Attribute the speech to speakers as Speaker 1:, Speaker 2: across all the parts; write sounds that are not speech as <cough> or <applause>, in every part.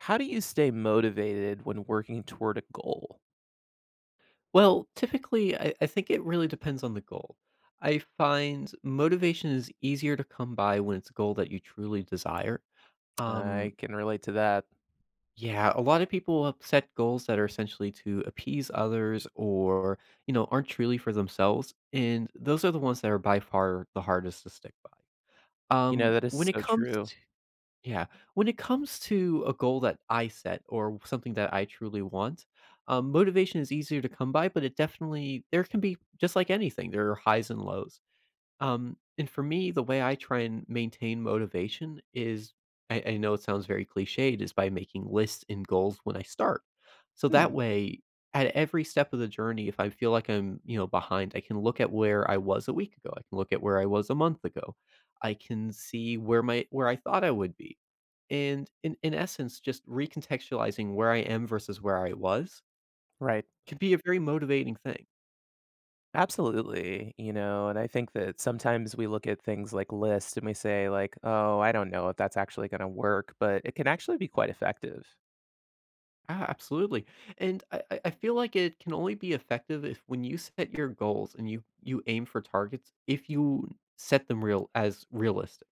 Speaker 1: How do you stay motivated when working toward a goal?
Speaker 2: Well, typically, I think it really depends on the goal. I find motivation is easier to come by when it's a goal that you truly desire.
Speaker 1: I
Speaker 2: Um,
Speaker 1: can relate to that.
Speaker 2: yeah, a lot of people will set goals that are essentially to appease others or, you know, aren't truly for themselves. And those are the ones that are by far the hardest to stick by.
Speaker 1: You know, that is
Speaker 2: When it
Speaker 1: so
Speaker 2: comes
Speaker 1: true.
Speaker 2: Yeah. When it comes to a goal that I set or something that I truly want, motivation is easier to come by, but it definitely, there can be just like anything, there are highs and lows. And for me, the way I try and maintain motivation is I know it sounds very cliched, is by making lists and goals when I start. So that
Speaker 1: Hmm.
Speaker 2: way, at every step of the journey, if I feel like I'm, you know, behind, I can look at where I was a week ago. I can look at where I was a month ago. I can see where my where I thought I would be and in essence, just recontextualizing where I am versus where I was
Speaker 1: Right.
Speaker 2: can be a very motivating thing.
Speaker 1: Absolutely, you know, and I think that sometimes we look at things like lists and we say like, "Oh, I don't know if that's actually gonna work," but it can actually be quite effective.
Speaker 2: Absolutely. And I feel like it can only be effective if when you set your goals and you aim for targets, if you set them real as realistic.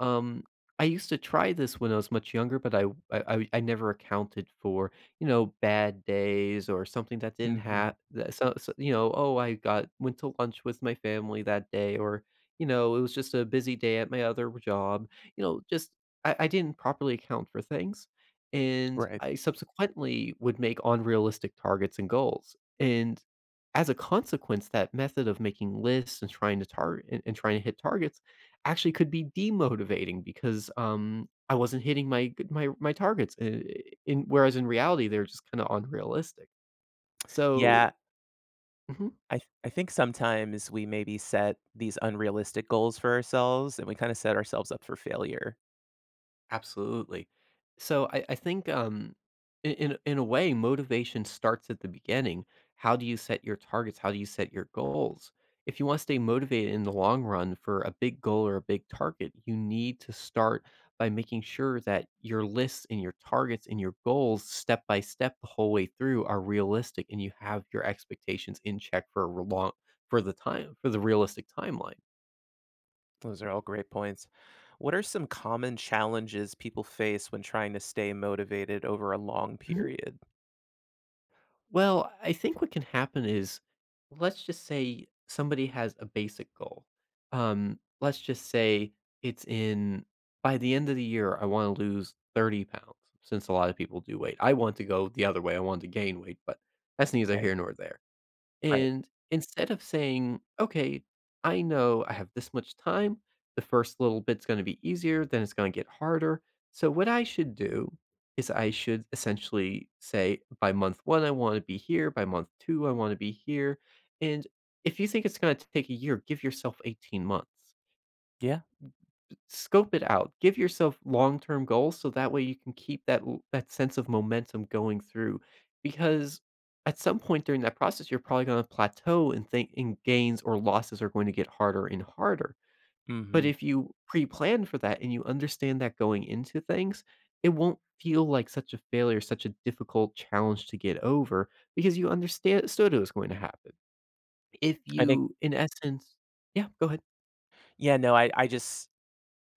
Speaker 2: Um, I used to try this when I was much younger, but I never accounted for, you know, bad days or something that didn't
Speaker 1: Mhm.
Speaker 2: have that so you know, "Oh, I got went to lunch with my family that day," or, you know, "It was just a busy day at my other job." You know, just I didn't properly account for things, and
Speaker 1: Right.
Speaker 2: I subsequently would make unrealistic targets and goals, and as a consequence, that method of making lists and trying to target and trying to hit targets actually could be demotivating because, I wasn't hitting my my targets, I in whereas in reality, they're just kinda unrealistic.
Speaker 1: Yeah,
Speaker 2: So. Mhm.
Speaker 1: I think sometimes we maybe set these unrealistic goals for ourselves and we kind of set ourselves up for failure.
Speaker 2: Absolutely. So I think in a way, motivation starts at the beginning. How do you set your targets? How do you set your goals? If you want to stay motivated in the long run for a big goal or a big target, you need to start by making sure that your lists and your targets and your goals, step by step, the whole way through, are realistic, and you have your expectations in check for a long for the time for the realistic timeline.
Speaker 1: Those are all great points. What are some common challenges people face when trying to stay motivated over a long period?
Speaker 2: Well, I think what can happen is, let's just say somebody has a basic goal. Let's just say it's in by the end of the year, I want to lose 30 pounds since a lot of people do weight. I want to go the other way. I want to gain weight, but that's neither
Speaker 1: Right.
Speaker 2: here nor there.
Speaker 1: Right.
Speaker 2: And instead of saying, okay, I know I have this much time, the first little bit's going to be easier, then it's going to get harder. So, what I should do is I should essentially say, by month one, I want to be here. By month two, I want to be here. And if you think it's going to take a year, give yourself 18 months.
Speaker 1: Yeah.
Speaker 2: Scope it out. Give yourself long-term goals so that way you can keep that sense of momentum going through because at some point during that process you're probably going to plateau, and gains or losses are going to get harder and harder. But
Speaker 1: Hmm.
Speaker 2: if you pre-plan for that and you understand that going into things, it won't feel like such a failure, such a difficult challenge to get over because you understand stood it was going to happen. If
Speaker 1: I think,
Speaker 2: you in essence. Yeah, go ahead.
Speaker 1: yeah, no, I just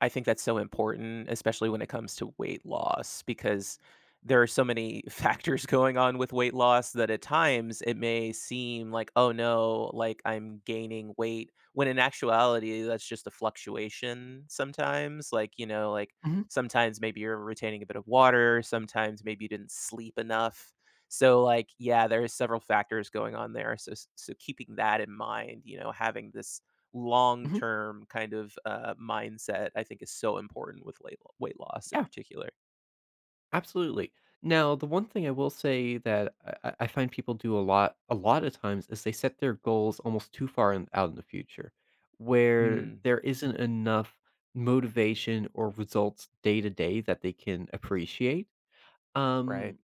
Speaker 1: I think that's so important, especially when it comes to weight loss, because there are so many <laughs> factors going on with weight loss that at times it may seem like, oh no, like I'm gaining weight, when in actuality, that's just a fluctuation sometimes. Like, you know, like
Speaker 2: Mhm.
Speaker 1: sometimes maybe you're retaining a bit of water, sometimes maybe you didn't sleep enough. So, like, yeah, there is several factors going on there. So keeping that in mind, you know, having this long
Speaker 2: Mhm.
Speaker 1: term kind of mindset, I think is so important with weight loss in
Speaker 2: Yeah.
Speaker 1: particular.
Speaker 2: Absolutely. Now, the one thing I will say that I find people do a lot of times, is they set their goals almost too far out in the future, where
Speaker 1: Mm.
Speaker 2: there isn't enough motivation or results day to day that they can appreciate,
Speaker 1: Right.
Speaker 2: um,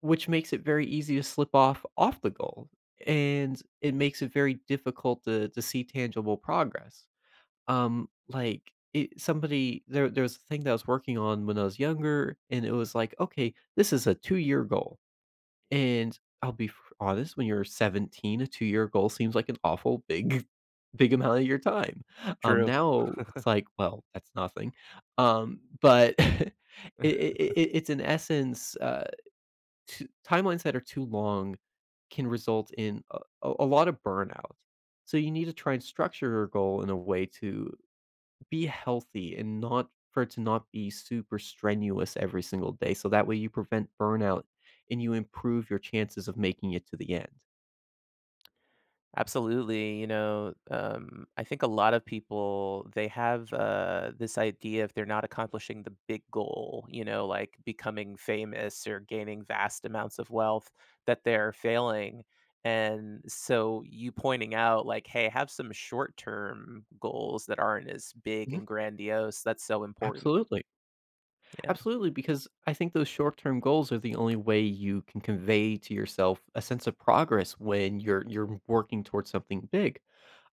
Speaker 2: which makes it very easy to slip off the goal, and it makes it very difficult to see tangible progress. Like, it somebody there there was a thing that I was working on when I was younger, and it was like, "Okay, this is a two-year goal." And I'll be f honest, when you're 17, a two-year goal seems like an awful big <laughs> big amount of your time.
Speaker 1: True.
Speaker 2: Now it's like, well, that's nothing. But <laughs> it's in essence, t timelines that are too long can result in a lot of burnout. So you need to try and structure your goal in a way to be healthy and not for it to not be super strenuous every single day, so that way you prevent burnout and you improve your chances of making it to the end.
Speaker 1: Absolutely. I think a lot of people they have this idea if they're not accomplishing the big goal, you know, like becoming famous or gaining vast amounts of wealth, that they're failing. And so you pointing out like, hey, have some short term goals that aren't as big
Speaker 2: Mhm.
Speaker 1: and grandiose. That's so important.
Speaker 2: Absolutely. Absolutely, because I think those short term goals are the only way you can convey to yourself a sense of progress when you're working towards something big.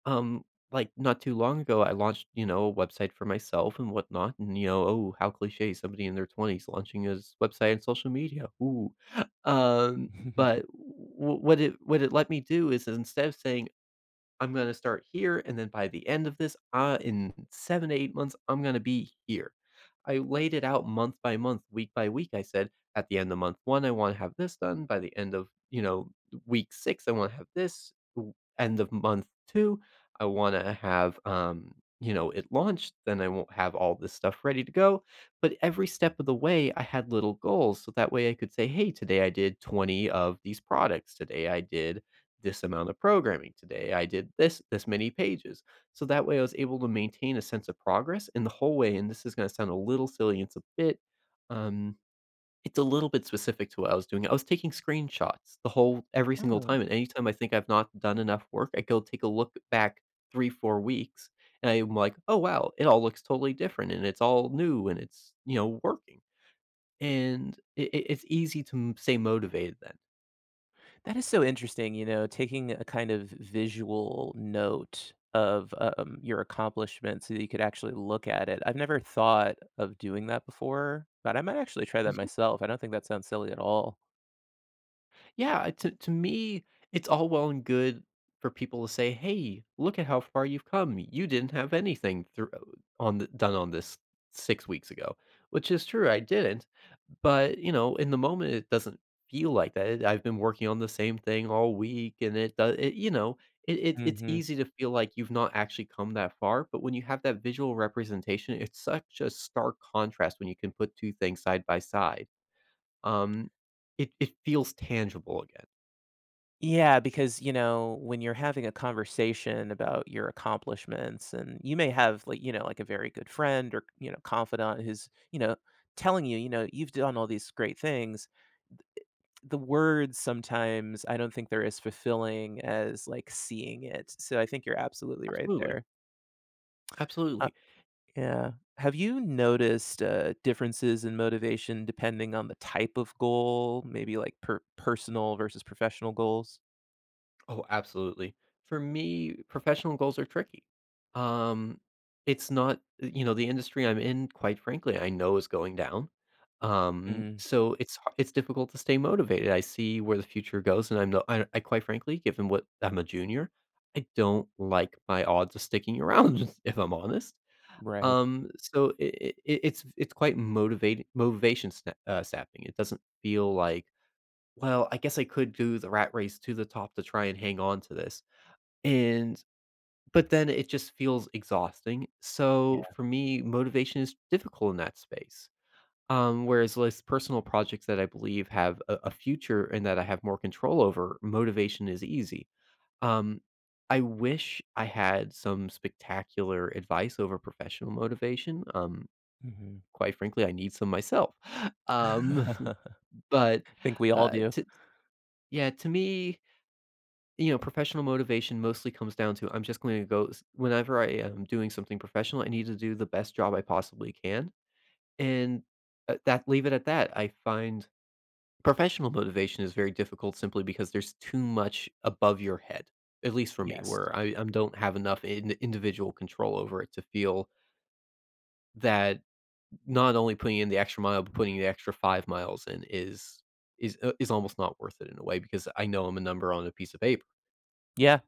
Speaker 2: Um, like not too long ago, I launched you know a website for myself and whatnot, and you know oh how cliche somebody in their twenties launching his website and social media. Ooh, <laughs> um,
Speaker 1: Yeah. <laughs>
Speaker 2: but what it let me do is instead of saying I'm gonna start here, and then by the end of this, in 7 to 8 months, I'm gonna be here. I laid it out month by month, week by week. I said, at the end of month 1, I wanna have this done. By the end of, you know, week 6, I wanna have this. W End of month 2, I wanna have, you know, it launched, then I won't have all this stuff ready to go. But every step of the way, I had little goals, so that way I could say, "Hey, today I did 20 of these products. Today I did, this amount of programming today. I did this many pages. So that way I was able to maintain a sense of progress in the whole way. And this is going to sound a little silly. It's a bit um it's a little bit specific to what I was doing. I was taking screenshots the whole every single
Speaker 1: Oh,
Speaker 2: time. And anytime I think I've not done enough work, I go take a look back three, 4 weeks and I'm like, oh wow, it all looks totally different and it's all new and it's you know working. And it's easy to stay motivated
Speaker 1: that is so interesting, you know, taking a kind of visual note of, your accomplishment so that you could actually look at it. I've never thought of doing that before, but I might actually try that
Speaker 2: then.
Speaker 1: myself. I don't think that sounds silly at all.
Speaker 2: Yeah, to me, it's all well and good for people to say, "Hey, look at how far you've come. You didn't have anything done on this 6 weeks ago," which is true, I didn't. But, you know, in the moment, it doesn't feel like that. I've been working on the same thing all week, and you know, it's
Speaker 1: Mhm.
Speaker 2: easy to feel like you've not actually come that far. But when you have that visual representation, it's such a stark contrast when you can put two things side by side. Um, it feels tangible again.
Speaker 1: Yeah, because, you know, when you're having a conversation about your accomplishments and you may have like, you know, like a very good friend or, you know, confidant who's, you know, telling you, you know, you've done all these great things. The words sometimes I don't think they're as fulfilling as, like, seeing it, so I think you're absolutely right
Speaker 2: Absolutely.
Speaker 1: there. Uh
Speaker 2: Absolutely.
Speaker 1: yeah. Have you noticed, differences in motivation depending on the type of goal, maybe, like, personal versus professional goals?
Speaker 2: Oh, absolutely. For me, professional goals are tricky. Um, it's not, eh, You know, the industry I'm in, quite frankly, I know is going down.
Speaker 1: Mm.
Speaker 2: So it's difficult to stay motivated. I see where the future goes, and I'm no, I quite frankly, given what I'm a junior, I don't like my odds of sticking around, <laughs> if I'm honest.
Speaker 1: Right.
Speaker 2: So it's quite motivation sapping. It doesn't feel like. Well, I guess I could do the rat race to the top to try and hang on to this. And but then it just feels exhausting. So
Speaker 1: Yeah.
Speaker 2: for me, motivation is difficult in that space. Whereas less personal projects that I believe have a future and that I have more control over, motivation is easy. Um, I wish I had some spectacular advice over professional motivation.
Speaker 1: Mhm.
Speaker 2: Quite frankly, I need some myself. <laughs> Um,
Speaker 1: <laughs>
Speaker 2: <laughs> but
Speaker 1: Think we all
Speaker 2: uh,
Speaker 1: do.
Speaker 2: to, yeah, to me, you know, professional motivation mostly comes down to I'm just going to go s whenever I am doing something professional, I need to do the best job I possibly can, and, that leave it at that. I find professional motivation is very difficult simply because there's too much above your head, at least for me,
Speaker 1: Yes.
Speaker 2: where I don't have enough in individual control over it to feel that not only putting in the extra mile, but putting the extra 5 miles in is is almost not worth it in a way because I know I'm a number on a piece of paper.
Speaker 1: Yeah.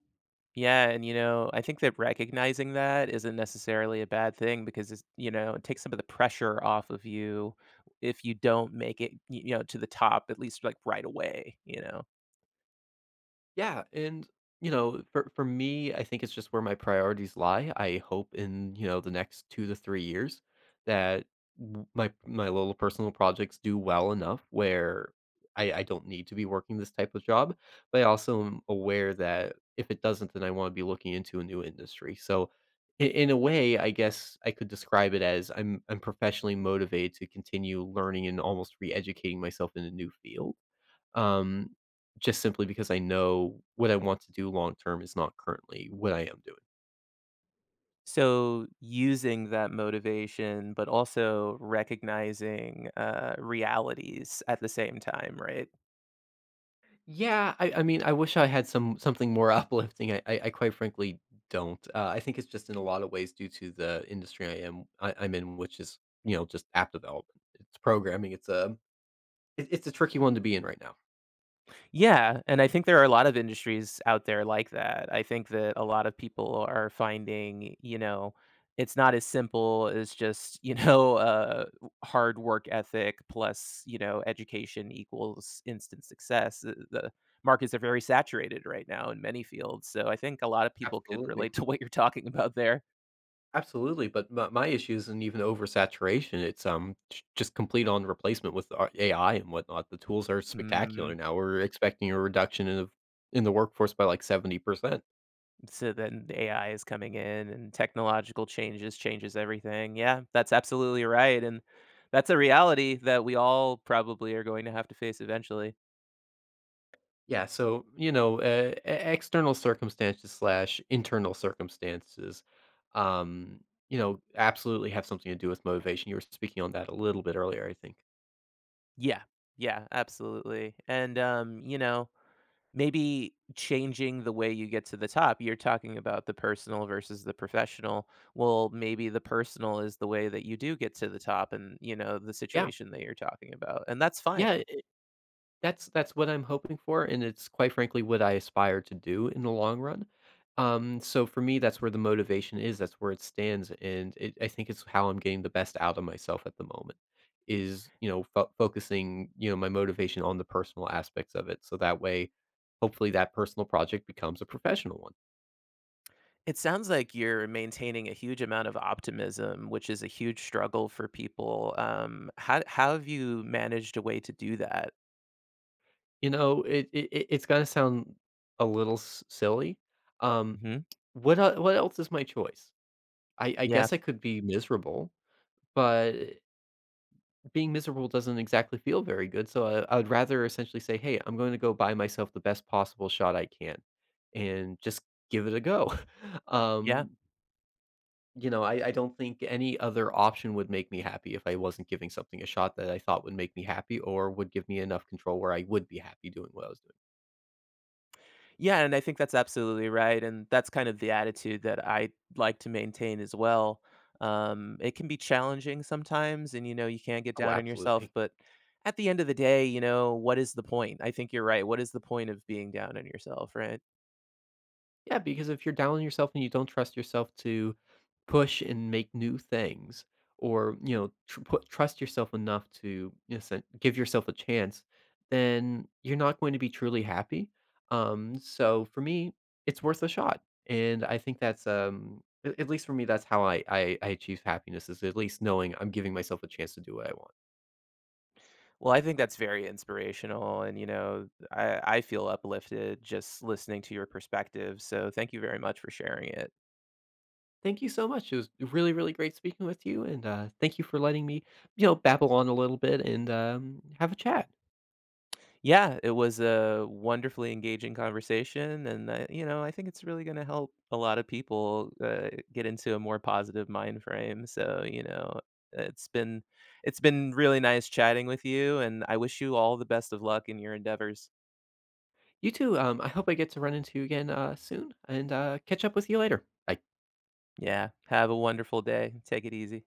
Speaker 1: Yeah, and, you know, I think that recognizing that isn't necessarily a bad thing because it's, you know, it takes some of the pressure off of you if you don't make it, y you know, to the top, at least, like, right away, you know?
Speaker 2: Yeah, and, you know, for me, I think it's just where my priorities lie. I hope in, you know, the next 2 to 3 years that w my my little personal projects do well enough where I don't need to be working this type of job, but I also am aware that if it doesn't, then I wanna be looking into a new industry. So I in a way, I guess I could describe it as I'm professionally motivated to continue learning and almost re-educating myself in a new field, um, just simply because I know what I want to do long term is not currently what I am doing.
Speaker 1: So, using that motivation, but also recognizing, realities at the same time, right?
Speaker 2: Yeah, I mean, I wish I had something more <laughs> uplifting. I quite frankly don't. I think it's just in a lot of ways due to the industry I'm in, which is, you know, just app development. It's programming. It's a it's a tricky one to be in right now.
Speaker 1: Yeah, and I think there are a lot of industries out there like that. I think that a lot of people are finding, you know, it's not as simple as just, you know, <laughs> hard work ethic plus, you know, education equals instant success. The markets are very saturated right now in many fields. So I think a lot of people could
Speaker 2: Absolutely.
Speaker 1: relate to what you're talking about there.
Speaker 2: Absolutely, but my issue isn't even oversaturation. It's, j just complete on replacement with a AI and whatnot. The tools are
Speaker 1: Mm-hmm.
Speaker 2: spectacular now. We're expecting a reduction in the workforce by, like, 70%.
Speaker 1: So then the AI is coming in and technological changes everything. Yeah, that's absolutely right. And that's a reality that we all probably are going to have to face eventually.
Speaker 2: Yeah, so, you know, e external circumstances/internal slash internal circumstances, um, you know, absolutely have something to do with motivation. You were speaking on that a little bit earlier, I think.
Speaker 1: Yeah. Yeah, absolutely. And you know, maybe changing the way you get to the top. You're talking about the personal versus the professional. Well, maybe the personal is the way that you do get to the top and, you know, the
Speaker 2: Yeah,
Speaker 1: situation that you're talking about. And that's fine.
Speaker 2: yeah. That's what I'm hoping for, and it's quite frankly what I aspire to do in the long run. So for me, that's where the motivation is. That's where it stands, and I think it's how I'm getting the best out of myself at the moment. Is, you know, focusing, you know, my motivation on the personal aspects of it, so that way, hopefully, that personal project becomes a professional one.
Speaker 1: It sounds like you're maintaining a huge amount of optimism, which is a huge struggle for people. How have you managed a way to do that?
Speaker 2: You know, it's gonna sound a little silly. Um,
Speaker 1: Mhm.
Speaker 2: what else is my choice? I
Speaker 1: Yeah.
Speaker 2: guess I could be miserable, but being miserable doesn't exactly feel very good. So I would rather essentially say, hey, I'm going to go buy myself the best possible shot I can and just give it a go. <laughs>
Speaker 1: Yeah.
Speaker 2: um, you know, I don't think any other option would make me happy if I wasn't giving something a shot that I thought would make me happy or would give me enough control where I would be happy doing what I was doing.
Speaker 1: Yeah, and I think that's absolutely right, and that's kind of the attitude that I like to maintain as well. It can be challenging sometimes and, you know, you can't get
Speaker 2: Oh,
Speaker 1: down on yourself,
Speaker 2: absolutely.
Speaker 1: but at the end of the day, you know, what is the point? I think you're right. What is the point of being down on yourself, right?
Speaker 2: Yeah, because if you're down on yourself and you don't trust yourself to push and make new things, or, you know, trust yourself enough to, you know, give yourself a chance, then you're not going to be truly happy. So for me, it's worth a shot, and I think that's, at least for me, that's how I achieve happiness is at least knowing I'm giving myself a chance to do what I want.
Speaker 1: Well, I think that's very inspirational, and, you know, I feel uplifted just listening to your perspective, so thank you very much for sharing it.
Speaker 2: Thank you so much. It was really, really great speaking with you, and thank you for letting me, you know, babble on a little bit and, have a chat.
Speaker 1: Yeah, it was a wonderfully engaging conversation, and, you know, I think it's really gonna help a lot of people, get into a more positive mind frame, so, you know, it's been it's been really nice chatting with you, and I wish you all the best of luck in your endeavors.
Speaker 2: You too. I hope I get to run into you again soon and catch up with you later. Bye.
Speaker 1: Yeah, have a wonderful day. Take it easy.